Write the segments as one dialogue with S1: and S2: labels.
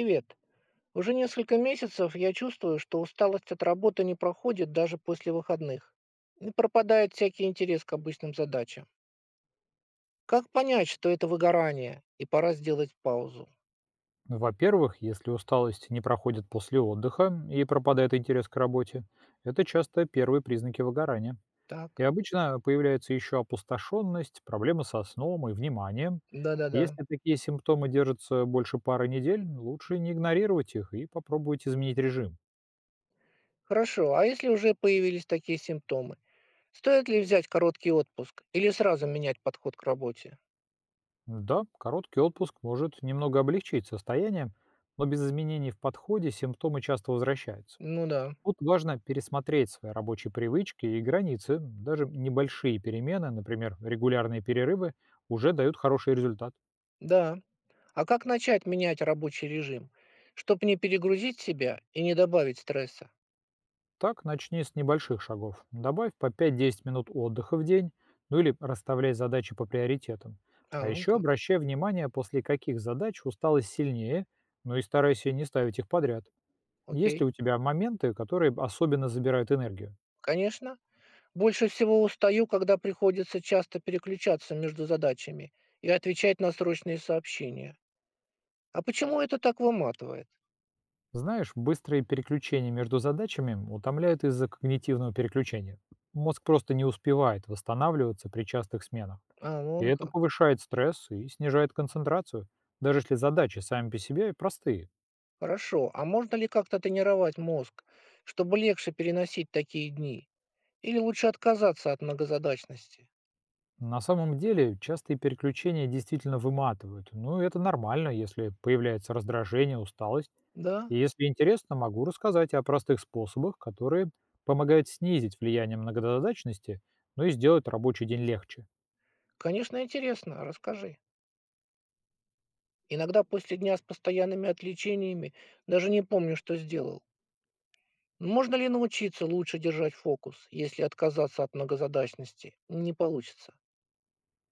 S1: Привет. Уже несколько месяцев я чувствую, что усталость от работы не проходит даже после выходных. И пропадает всякий интерес к обычным задачам. Как понять, что это выгорание, и пора сделать паузу?
S2: Ну, во-первых, если усталость не проходит после отдыха и пропадает интерес к работе, это часто первые признаки выгорания. И
S1: Так,
S2: обычно появляется еще опустошенность, проблемы со сном и вниманием.
S1: да-да-да.
S2: Если такие симптомы держатся больше пары недель, лучше не игнорировать их и попробовать изменить режим.
S1: Хорошо, а если уже появились такие симптомы? Стоит ли взять короткий отпуск или сразу менять подход к работе?
S2: Да, короткий отпуск может немного облегчить состояние, но без изменений в подходе симптомы часто возвращаются.
S1: Ну да,
S2: Тут важно пересмотреть свои рабочие привычки и границы. Даже небольшие перемены, например, регулярные перерывы, уже дают хороший результат.
S1: да. А как начать менять рабочий режим, чтобы не перегрузить себя и не добавить стресса?
S2: Так начни с небольших шагов. Добавь по 5-10 минут отдыха в день, ну или расставляй задачи по приоритетам.
S1: А,
S2: А
S1: ну
S2: еще
S1: как,
S2: обращай внимание, после каких задач усталость сильнее, ну и старайся не ставить их подряд. Есть
S1: окей.
S2: ли у тебя моменты, которые особенно забирают энергию?
S1: Конечно, больше всего устаю, когда приходится часто переключаться между задачами и отвечать на срочные сообщения. А почему это так выматывает?
S2: Знаешь, быстрые переключения между задачами утомляют из-за когнитивного переключения. Мозг просто не успевает восстанавливаться при частых сменах.
S1: А,
S2: И
S1: ну
S2: это
S1: как.
S2: повышает стресс и снижает концентрацию, даже если задачи сами по себе простые.
S1: Хорошо. А можно ли как-то тренировать мозг, чтобы легче переносить такие дни? Или лучше отказаться от многозадачности?
S2: На самом деле, частые переключения действительно выматывают. Ну, и это нормально, если появляется раздражение, усталость.
S1: Да,
S2: И если интересно, могу рассказать о простых способах, которые помогают снизить влияние многозадачности, ну и сделать рабочий день легче.
S1: конечно, интересно. Расскажи. Иногда после дня с постоянными отвлечениями даже не помню, что сделал. Можно ли научиться лучше держать фокус, если отказаться от многозадачности? Не получится.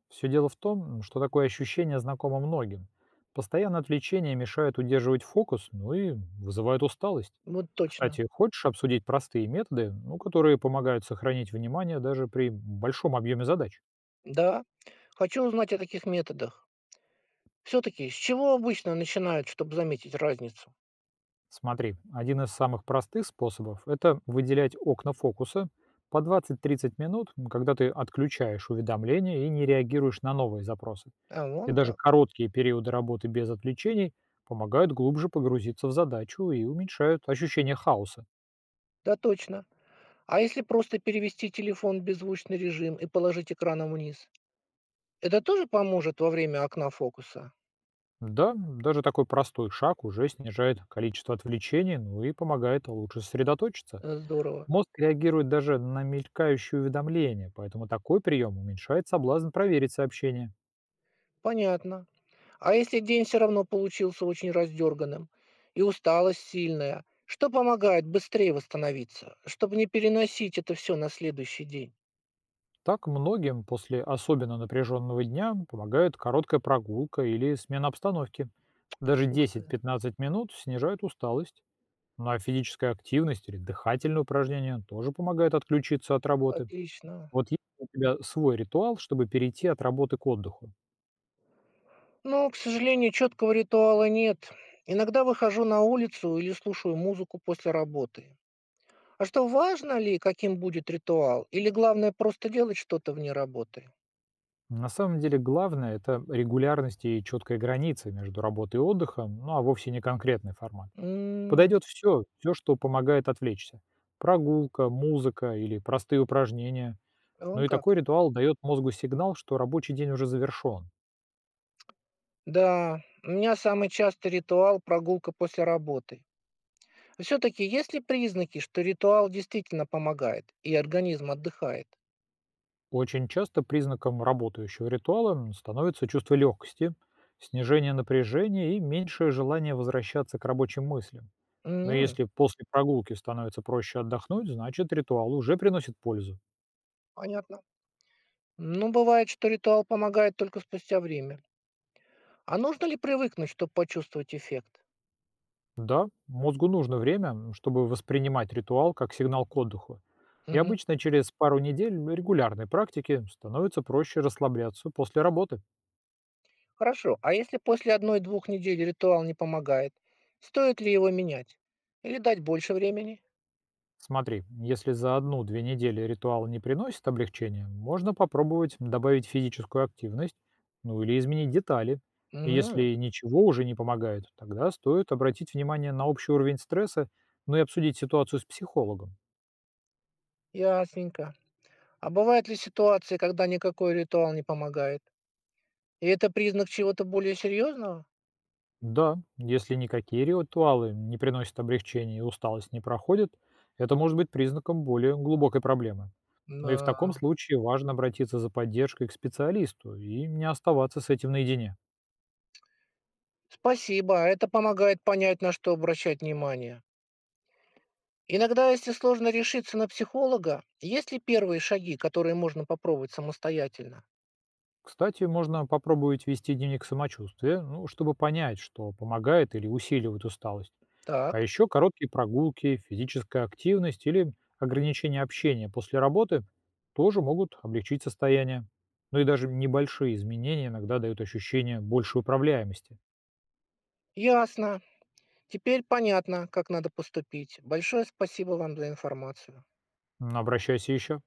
S2: Все дело в том, что такое ощущение знакомо многим. Постоянное отвлечение мешает удерживать фокус, ну и вызывает усталость.
S1: Вот точно.
S2: Кстати, хочешь обсудить простые методы, ну, которые помогают сохранить внимание даже при большом объеме задач?
S1: Да. Хочу узнать о таких методах. Все-таки с чего обычно начинают, чтобы заметить разницу?
S2: Смотри, один из самых простых способов– это выделять окна фокуса по 20-30 минут, когда ты отключаешь уведомления и не реагируешь на новые запросы.
S1: А вон
S2: И даже
S1: как.
S2: короткие периоды работы без отвлечений помогают глубже погрузиться в задачу и уменьшают ощущение хаоса.
S1: Да точно. А если просто перевести телефон в беззвучный режим и положить экраном вниз? Это тоже поможет во время окна фокуса?
S2: Да, даже такой простой шаг уже снижает количество отвлечений, ну и помогает лучше сосредоточиться.
S1: Здорово.
S2: Мозг реагирует даже на мелькающие уведомления, поэтому такой прием уменьшает соблазн проверить сообщение.
S1: Понятно. А если день все равно получился очень раздерганным и усталость сильная, что помогает быстрее восстановиться, чтобы не переносить это все на следующий день?
S2: Так многим после особенно напряженного дня помогает короткая прогулка или смена обстановки. Даже
S1: Ух ты,
S2: 10-15 минут снижают усталость. Ну а физическая активность или дыхательные упражнения тоже помогают отключиться от работы.
S1: отлично.
S2: Вот есть у тебя свой ритуал, чтобы перейти от работы к отдыху.
S1: Ну, к сожалению, четкого ритуала нет. Иногда выхожу на улицу или слушаю музыку после работы. А что, важно ли, каким будет ритуал? Или главное просто делать что-то вне работы?
S2: На самом деле главное– это регулярность и четкая граница между работой и отдыхом, ну а вовсе не конкретный формат.
S1: М,
S2: Подойдет все, все, что помогает отвлечься. Прогулка, музыка или простые упражнения.
S1: вон
S2: Ну и
S1: как.
S2: такой ритуал дает мозгу сигнал, что рабочий день уже завершен.
S1: Да, у меня самый частый ритуал – прогулка после работы. Все-таки есть ли признаки, что ритуал действительно помогает, и организм отдыхает?
S2: Очень часто признаком работающего ритуала становится чувство легкости, снижение напряжения и меньшее желание возвращаться к рабочим мыслям. Но
S1: М,
S2: если после прогулки становится проще отдохнуть, значит ритуал уже приносит пользу.
S1: понятно. Ну, бывает, что ритуал помогает только спустя время. А нужно ли привыкнуть, чтобы почувствовать эффект?
S2: Да, мозгу нужно время, чтобы воспринимать ритуал как сигнал к отдыху. И
S1: Мгм.
S2: обычно через пару недель регулярной практики становится проще расслабляться после работы.
S1: Хорошо, а если после одной-двух недель ритуал не помогает, стоит ли его менять? Или дать больше времени?
S2: Смотри, если за 1-2 недели ритуал не приносит облегчения, можно попробовать добавить физическую активность, ну или изменить детали. И
S1: Мгм,
S2: Если ничего уже не помогает, тогда стоит обратить внимание на общий уровень стресса, ну и обсудить ситуацию с психологом.
S1: ясненько. А бывают ли ситуации, когда никакой ритуал не помогает? И это признак чего-то более серьезного?
S2: Да, если никакие ритуалы не приносят облегчения и усталость не проходит, это может быть признаком более глубокой проблемы. Но и в таком
S1: Да.
S2: случае важно обратиться за поддержкой к специалисту и не оставаться с этим наедине.
S1: Спасибо, а это помогает понять, на что обращать внимание. Иногда, если сложно решиться на психолога, есть ли первые шаги, которые можно попробовать самостоятельно?
S2: Кстати, можно попробовать вести дневник самочувствия, ну, чтобы понять, что помогает или усиливает усталость. А
S1: Так,
S2: еще короткие прогулки, физическая активность или ограничение общения после работы тоже могут облегчить состояние. Ну и даже небольшие изменения иногда дают ощущение большей управляемости.
S1: ясно. Теперь понятно, как надо поступить. Большое спасибо вам за информацию.
S2: Обращайся еще.